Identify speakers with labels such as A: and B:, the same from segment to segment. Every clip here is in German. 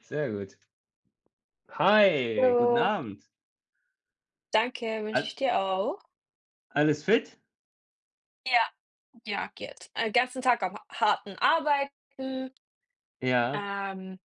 A: Sehr gut. Hi, guten
B: Hallo,
A: Abend.
B: danke, wünsche ich
A: Al
B: dir auch.
A: Alles fit?
B: Ja. Ja, geht. Ganzen Tag am harten Arbeiten,
A: Ja,
B: ähm,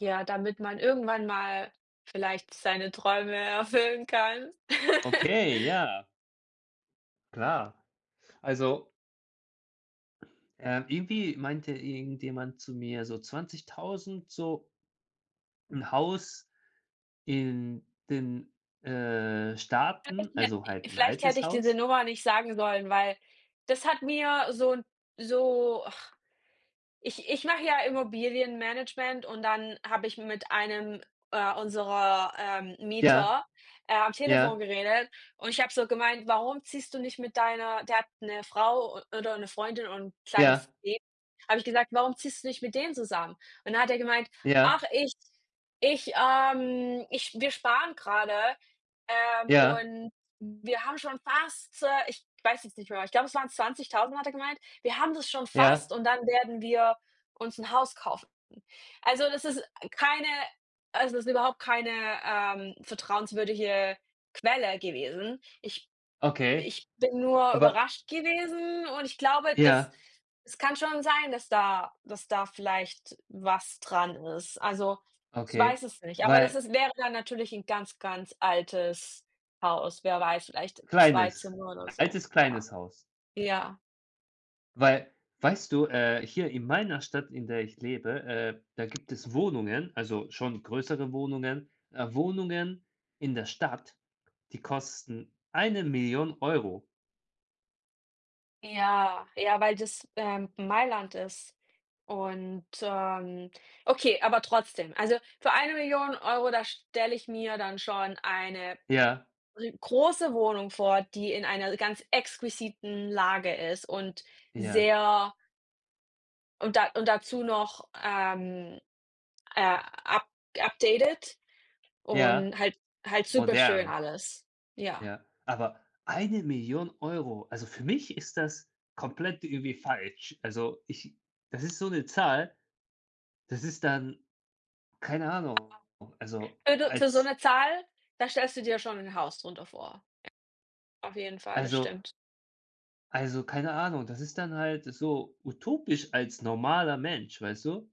B: ja, damit man irgendwann mal vielleicht seine Träume erfüllen kann.
A: okay, ja, klar. Also, irgendwie meinte irgendjemand zu mir so 20.000 so ein Haus in den,
B: Hätt
A: Staaten, also halt ein
B: Vielleicht hätte
A: altes
B: ich diese
A: Haus.
B: Nummer nicht sagen sollen, weil das hat mir so so ich mache ja Immobilienmanagement und dann habe ich mit einem, unserer,
A: Ja,
B: Mieter, am Telefon
A: ja,
B: geredet und ich habe so gemeint: „Warum ziehst du nicht mit deiner" — der hat eine Frau oder eine Freundin und 'n kleines
A: ja,
B: Kind. Habe ich gesagt: „Warum ziehst du nicht mit denen zusammen?" Und dann hat er gemeint: „Ach,
A: ja,
B: ich ich, ich wir sparen gerade
A: ja,
B: und wir haben schon fast" — ich weiß jetzt nicht mehr, ich glaube, es waren 20.000, hat er gemeint. Wir haben das schon
A: ja,
B: fast und dann werden wir uns 'n Haus kaufen. Also, das ist keine also, das ist überhaupt keine, vertrauenswürdige Quelle gewesen. Ich
A: okay.
B: ich bin nur
A: Aber
B: überrascht gewesen und ich glaube, dass
A: ja,
B: es kann schon sein, dass da vielleicht was dran ist. Also, ich
A: okay.
B: weiß es nicht, aber das
A: Weil
B: ist wäre dann natürlich 'n ganz, ganz altes Haus. Wer weiß, vielleicht 2
A: kleines,
B: Zimmer oder so.
A: altes,
B: Ja,
A: kleines Haus.
B: ja.
A: Weil, weißt du, hier in meiner Stadt, in der ich lebe, da gibt es Wohnungen, also schon größere Wohnungen, Wohnungen in der Stadt, die kosten eine Million Euro.
B: Ja, ja, weil das, Mailand ist und, ähm okay, aber trotzdem. Also, für 1.000.000 €, da stelle ich mir dann schon eine
A: Ja,
B: ri große Wohnung vor, die in einer ganz exquisiten Lage ist und
A: ja,
B: sehr, und da und dazu noch, äh, up updated
A: ja,
B: und halt super schön
A: modern,
B: alles. Ja.
A: ja. Aber 1.000.000 Euro, also für mich ist das komplett irgendwie falsch. Also ich Das ist so eine Zahl, das ist dann keine Ahnung. Also
B: Für so
A: als
B: eine Zahl, da stellst du dir schon ein Haus drunter vor. Auf jeden Fall, das
A: also
B: stimmt.
A: Also, keine Ahnung, das ist dann halt so utopisch als normaler Mensch, weißt du?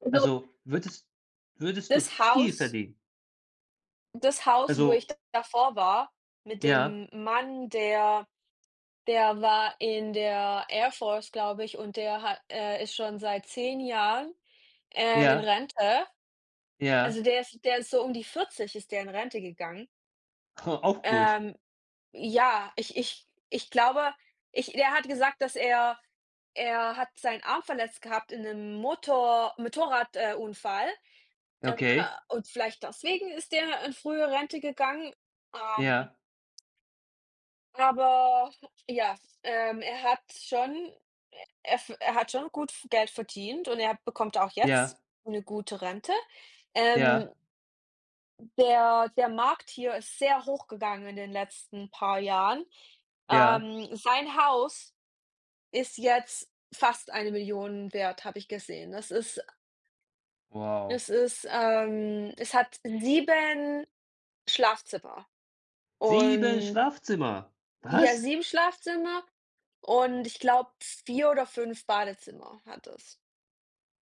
B: So
A: Also, würdest du
B: Das
A: viel
B: Haus
A: verdienen.
B: das Haus, wo ich
A: Also
B: davor war, mit
A: ja,
B: dem Mann, der war in der Air Force, glaube ich, und der hat ist schon seit 10 Jahren, in
A: ja,
B: Rente. Also,
A: ja,
B: der ist so um die 40, ist der in Rente gegangen.
A: auch gut.
B: Ähm, ja, ich glaube, ich der hat gesagt, dass er hat seinen Arm verletzt gehabt in 'nem Motorrad Unfall,
A: Okay.
B: und vielleicht deswegen ist der in frühe Rente gegangen. Ähm
A: Ja,
B: Aber ja, ähm, er hat schon er hat schon gut v Geld verdient und er bekommt auch
A: ja,
B: jetzt eine gute Rente. Ähm,
A: ja,
B: der Markt hier ist sehr hochgegangen in den letzten paar Jahren.
A: ja.
B: Sein Haus ist jetzt fast 1 Million wert, habe ich gesehen. Das
A: Wow.
B: ist, es hat 7 Schlafzimmer
A: Sieben
B: und
A: Schlafzimmer.
B: Ja,
A: Was?
B: 7 Schlafzimmer, und ich glaube 4 oder 5 Badezimmer hat es.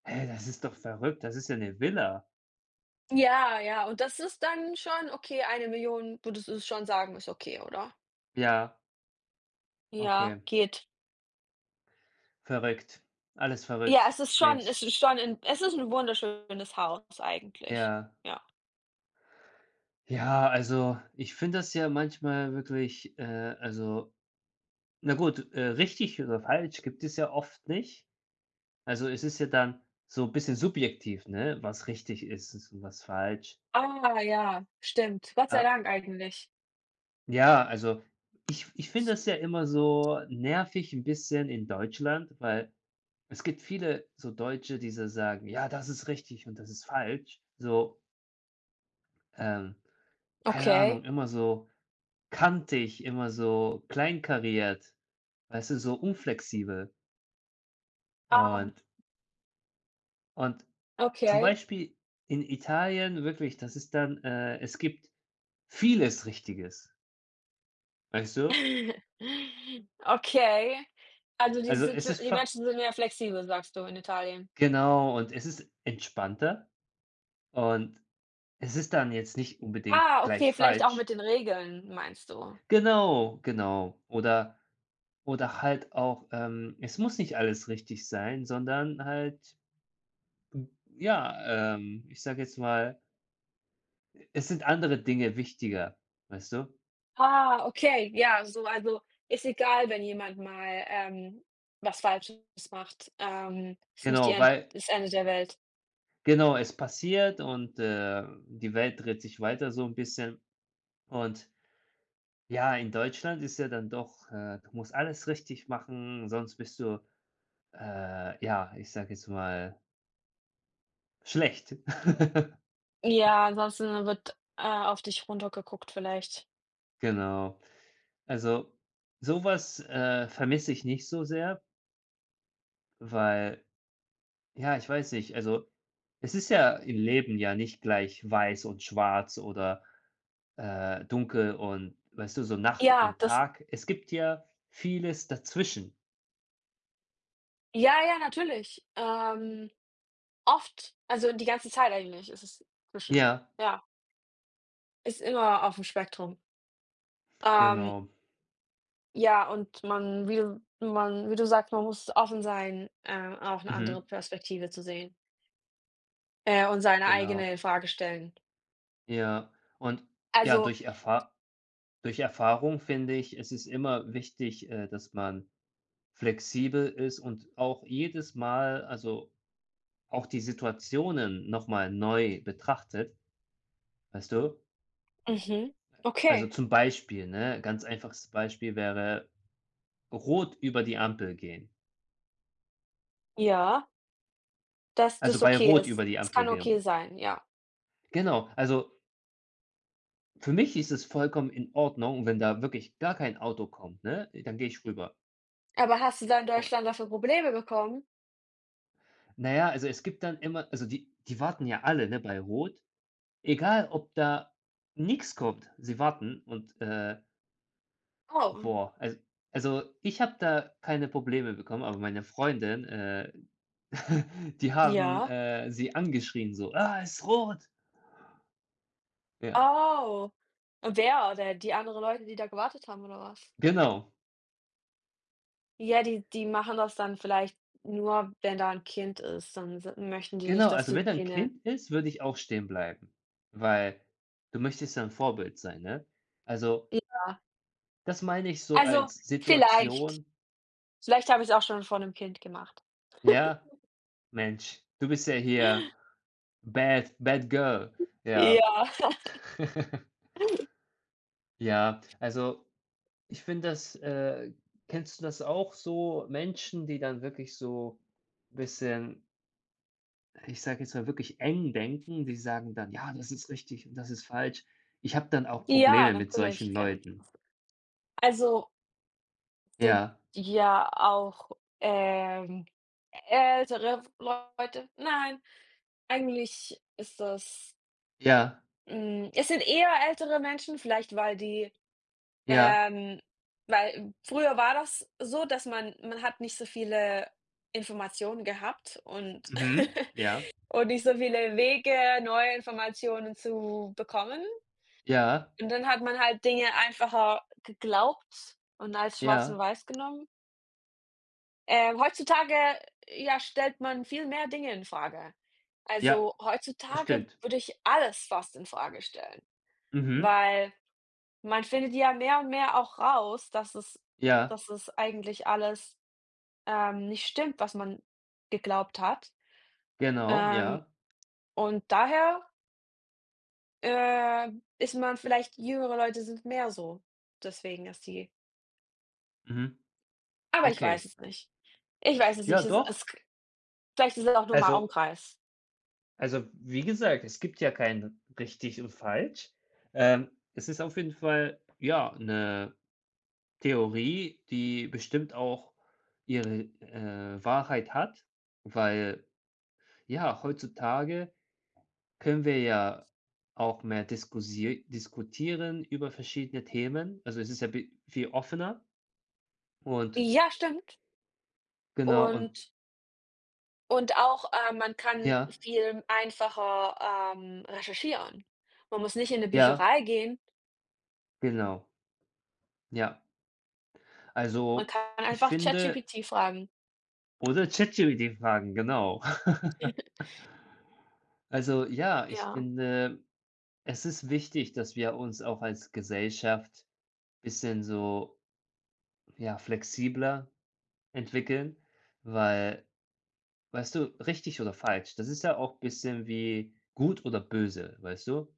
A: Hey, das ist doch verrückt. Das ist ja eine Villa.
B: Ja, ja, und das ist dann schon okay, 1 Million, würdest du schon sagen, ist okay, oder?
A: Ja,
B: Ja,
A: okay.
B: geht.
A: Verrückt. Alles
B: Ja,
A: verrückt. Mensch.
B: es ist ein wunderschönes Haus eigentlich,
A: Ja.
B: ja.
A: Ja, also, ich finde das ja manchmal wirklich, also na gut, richtig oder falsch gibt es ja oft nicht. Also, es ist ja dann so 'n bisschen subjektiv, ne, was richtig ist und was falsch.
B: Ah, ja, stimmt. Gott sei
A: Äh,
B: Dank eigentlich.
A: ja, also, ich finde das ja immer so nervig ein bisschen in Deutschland, weil es gibt viele so Deutsche, die so sagen: „Ja, das ist richtig und das ist falsch.“ So, ähm, keine Ahnung,
B: Okay.
A: immer so kantig, immer so kleinkariert. Weißt du, so unflexibel.
B: Ah,
A: Und und zum
B: okay.
A: Beispiel in Italien wirklich, das ist dann, es gibt vieles Richtiges, weißt du?
B: Okay. Also,
A: Also, es ist
B: die
A: fa
B: Menschen sind mehr flexibel, sagst du, in Italien?
A: genau, und es ist entspannter und es ist dann jetzt nicht unbedingt
B: Ah,
A: gleich
B: okay, vielleicht auch
A: falsch.
B: mit den Regeln, meinst du?
A: Genau, genau. Oder halt auch, es muss nicht alles richtig sein, sondern halt, hm, ja, ich sage jetzt mal, es sind andere Dinge wichtiger, weißt du?
B: Ah, okay, ja, so — also, ist egal, wenn jemand mal, was Falsches macht. Ist nicht die
A: Genau,
B: End das Ende der Welt.
A: Es passiert und, die Welt dreht sich weiter so ein bisschen. Und ja, in Deutschland ist ja dann doch, du musst alles richtig machen, sonst bist du, ja, ich sage jetzt mal, schlecht.
B: Ja, ansonsten wird, auf dich runtergeguckt vielleicht.
A: Genau. Also, sowas, vermisse ich nicht so sehr, weil, ja, ich weiß nicht, also, es ist ja im Leben ja nicht gleich weiß und schwarz oder, dunkel und weißt du, so Nacht
B: Ja,
A: und
B: das
A: Tag. Es gibt ja vieles dazwischen.
B: ja, ja, natürlich. Oft, also die ganze Zeit eigentlich ist es zwischen —
A: Ja,
B: ja, ist immer auf dem Spektrum. Ähm
A: genau.
B: Ja, und man wie du sagst, man muss offen sein, auch eine andere
A: Mhm.
B: Perspektive zu sehen, und seine
A: Genau.
B: eigene in Frage stellen.
A: Ja. Und ja,
B: Also,
A: durch Erfahrung finde ich, es ist immer wichtig, dass man flexibel ist und auch jedes Mal, also auch die Situationen noch mal neu betrachtet, weißt du?
B: mhm,
A: Also
B: okay.
A: zum Beispiel, ne, ganz einfaches Beispiel wäre rot über die Ampel gehen.
B: Ja, dass
A: Also
B: das
A: bei
B: okay
A: rot über
B: ist.
A: die
B: Es
A: Ampel
B: kann okay
A: gehen.
B: sein, ja.
A: Genau, also für mich ist es vollkommen in Ordnung, wenn da wirklich gar kein Auto kommt, ne? Dann gehe ich rüber.
B: Aber hast du da in
A: Oh,
B: Deutschland dafür Probleme bekommen?
A: na ja, also, es gibt dann immer, also, die warten ja alle, ne, bei Rot, egal ob da nichts kommt, sie warten und,
B: Oh,
A: boah, al also, ich habe da keine Probleme bekommen, aber meine Freundin, die haben,
B: ja.
A: sie angeschrien so: „Ah, es ist rot!“ Ja,
B: Oh. Wer oder die anderen Leute, die da gewartet haben oder was?
A: genau.
B: Ja, die machen das dann vielleicht nur, wenn da ein Kind ist, dann s möchten die
A: Genau,
B: nicht, dass
A: also,
B: du
A: wenn da 'n
B: denen —
A: Kind ist, würde ich auch stehen bleiben, weil du möchtest ja 'n Vorbild sein, ne? Also,
B: ja.
A: das meine ich so
B: Also,
A: als
B: vielleicht.
A: Situation.
B: Vielleicht habe ich es auch schon vor 'nem Kind gemacht.
A: Ja, Mensch, du bist ja hier bad bad girl. Ja.
B: Ja.
A: Ja, also, ich finde das, kennst du das auch so, Menschen, die dann wirklich so ein bisschen, ich sage jetzt mal wirklich eng denken, die sagen dann: „Ja, das ist richtig und das ist falsch.“ Ich habe dann auch Probleme
B: Ja,
A: mit solchen
B: natürlich kenne ich.
A: Leuten.
B: Also, sind
A: Ja,
B: ja auch, ähm, ältere Leute. Nein, eigentlich ist das —
A: ja,
B: es sind eher ältere Menschen, vielleicht weil die,
A: ja,
B: ähm weil früher war das so, dass man hat nicht so viele Informationen gehabt und
A: mhm, ja,
B: und nicht so viele Wege, neue Informationen zu bekommen.
A: ja,
B: Und dann hat man halt Dinge einfacher geglaubt und als schwarz und
A: ja,
B: weiß genommen. Heutzutage, ja, stellt man viel mehr Dinge in Frage.
A: ja,
B: Also,
A: das
B: heutzutage
A: stimmt.
B: würde ich alles fast in Frage stellen,
A: Mhm,
B: weil man findet ja mehr und mehr auch raus, dass
A: ja,
B: es eigentlich alles, nicht stimmt, was man geglaubt hat.
A: genau,
B: Ähm,
A: ja,
B: und daher, äh, ist man — vielleicht jüngere Leute sind mehr so. Deswegen, dass die
A: mhm,
B: Aber ich weiß
A: okay.
B: es nicht. Ich weiß es
A: Ja,
B: nicht. Es
A: doch.
B: es k Vielleicht ist es auch nur mal
A: Also
B: Umkreis.
A: also, wie gesagt, es gibt ja kein richtig und falsch. Es ist auf jeden Fall, ja, eine Theorie, die bestimmt auch ihre, Wahrheit hat, weil, ja, heutzutage können wir ja auch mehr diskusie diskutieren über verschiedene Themen. Also, es ist ja bi viel offener und
B: Ja, stimmt.
A: genau und
B: Und und auch, man kann
A: ja,
B: viel einfacher, recherchieren. Man muss nicht in eine
A: ja,
B: Bücherei gehen.
A: genau, ja.
B: Man
A: Also,
B: kann
A: ich
B: einfach
A: finde
B: ChatGPT fragen.
A: Oder ChatGPT fragen, genau. Also ja, ich
B: Ja.
A: finde, es ist wichtig, dass wir uns auch als Gesellschaft bisschen so, ja, flexibler entwickeln, weil, weißt du, richtig oder falsch, das ist ja auch bisschen wie gut oder böse, weißt du?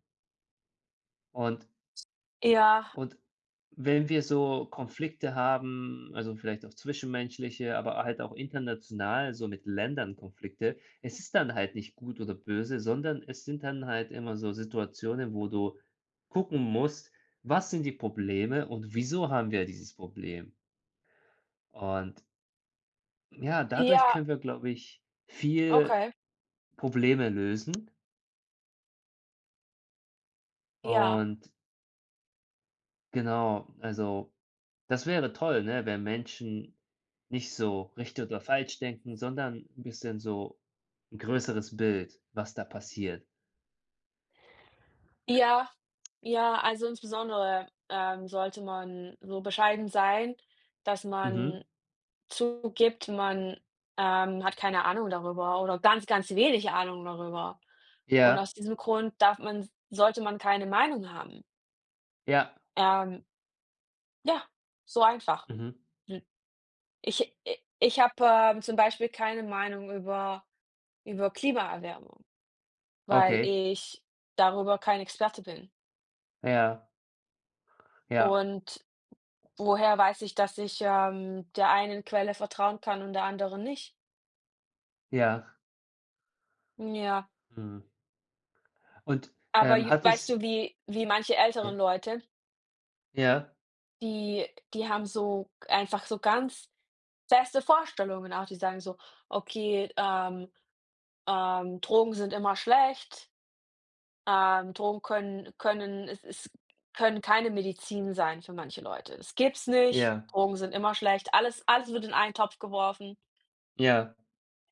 A: Und
B: Ja.
A: Und wenn wir so Konflikte haben, also vielleicht auch zwischenmenschliche, aber halt auch international, so mit Ländern Konflikte, es ist dann halt nicht gut oder böse, sondern es sind dann halt immer so Situationen, wo du gucken musst, was sind die Probleme und wieso haben wir dieses Problem? Und ja, dadurch
B: Ja,
A: können wir, glaube ich, viel
B: okay.
A: Probleme lösen.
B: Ja.
A: Und genau, also das wäre toll, ne, wenn Menschen nicht so richtig oder falsch denken, sondern ein bisschen so ein größeres Bild, was da passiert.
B: Ja, ja, also insbesondere, sollte man so bescheiden sein, dass
A: Mhm.
B: man zugibt, man hat keine Ahnung darüber oder ganz, ganz wenig Ahnung darüber. Und
A: Ja,
B: aus diesem Grund darf man keine Meinung haben.
A: ja.
B: Ähm, ja, so einfach.
A: Mhm.
B: Hm. Ich i ich habe, zum Beispiel keine Meinung über Klimaerwärmung, weil
A: Okay.
B: ich darüber kein Experte bin.
A: Ja, ja,
B: Und woher weiß ich, dass ich, der einen Quelle vertrauen kann und der anderen nicht?
A: ja.
B: Ja,
A: Mhm. Und,
B: aber j
A: hat
B: weißt du,
A: es
B: wie manche
A: Ja,
B: älteren Leute —
A: ja,
B: Die die haben so einfach so ganz feste Vorstellungen auch. Die sagen so: „Okay, Drogen sind immer schlecht. Drogen können es es können keine Medizin sein für manche Leute. Es gibt's nicht.
A: ja,
B: Drogen sind immer schlecht." Alles wird in einen Topf geworfen.
A: ja,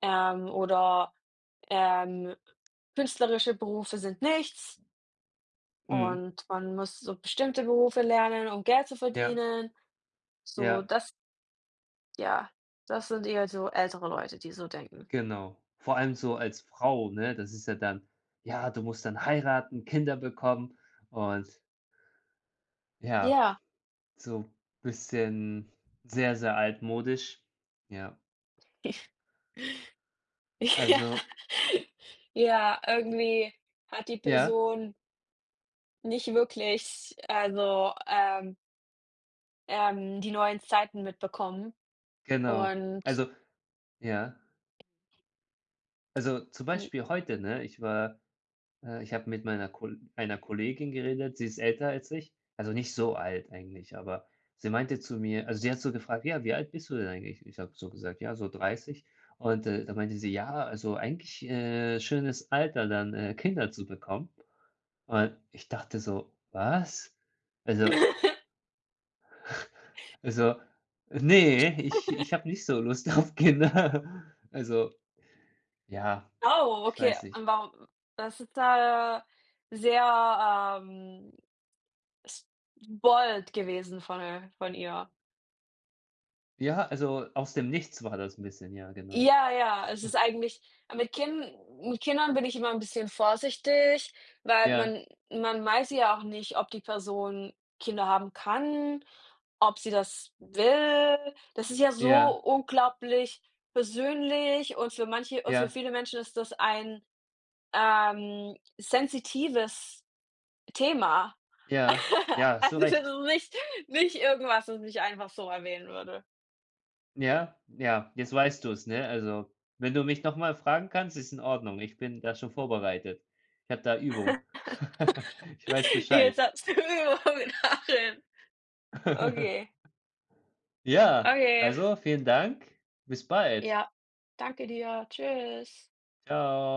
B: Oder, ähm, künstlerische Berufe sind nichts
A: mhm,
B: und man muss so bestimmte Berufe lernen, um Geld zu
A: ja,
B: verdienen. So,
A: ja,
B: das Ja, das sind eher so ältere Leute, die so denken.
A: genau. Vor allem so als Frau, ne? Das ist ja dann, ja, du musst dann heiraten, Kinder bekommen und ja.
B: Ja.
A: So bisschen sehr, sehr altmodisch. Ja,
B: Ja.
A: also
B: Ja, irgendwie hat die
A: ja,
B: Person nicht wirklich, also, die neuen Zeiten mitbekommen,
A: genau.
B: und
A: Also ja, also zum
B: i
A: Beispiel heute, ne? Ich habe mit meiner Kol einer Kollegin geredet, sie ist älter als ich, also nicht so alt eigentlich, aber sie meinte zu mir, also sie hat so gefragt: „Ja, wie alt bist du denn eigentlich?“ Ich habe so gesagt: „Ja, so 30.“ Und, da meinte sie: „Ja, also eigentlich, schönes Alter, dann, Kinder zu bekommen.“ Und ich dachte so: „Was?“ Also Also, nee, ich habe nicht so Lust auf Kinder. Also, ja,
B: Oh,
A: ich
B: okay.
A: weiß nicht.
B: Und warum das ist da sehr, ähm, s bold gewesen von ihr.
A: Ja, also aus dem Nichts war das ein bisschen, ja, genau.
B: Ja, ja, es ist eigentlich mit Kind mit Kindern bin ich immer 'n bisschen vorsichtig, weil
A: Ja,
B: man weiß ja auch nicht, ob die Person Kinder haben kann, ob sie das will. Das ist ja so
A: ja,
B: unglaublich persönlich, und für manche und für
A: ja,
B: viele Menschen ist das ein, sensitives Thema.
A: ja, ja, hast du
B: Also, das
A: recht.
B: ist nicht irgendwas, was ich einfach so erwähnen würde.
A: Ja, ja, jetzt weißt du es, ne? Also, wenn du mich noch mal fragen kannst, ist in Ordnung. Ich bin da schon vorbereitet. Ich habe da Übung. Ich weiß
B: Jetzt
A: Bescheid.
B: hast du die Übung darin. Okay.
A: Ja,
B: Okay,
A: also vielen Dank. Bis bald.
B: ja. Danke dir. Tschüss.
A: Ciao.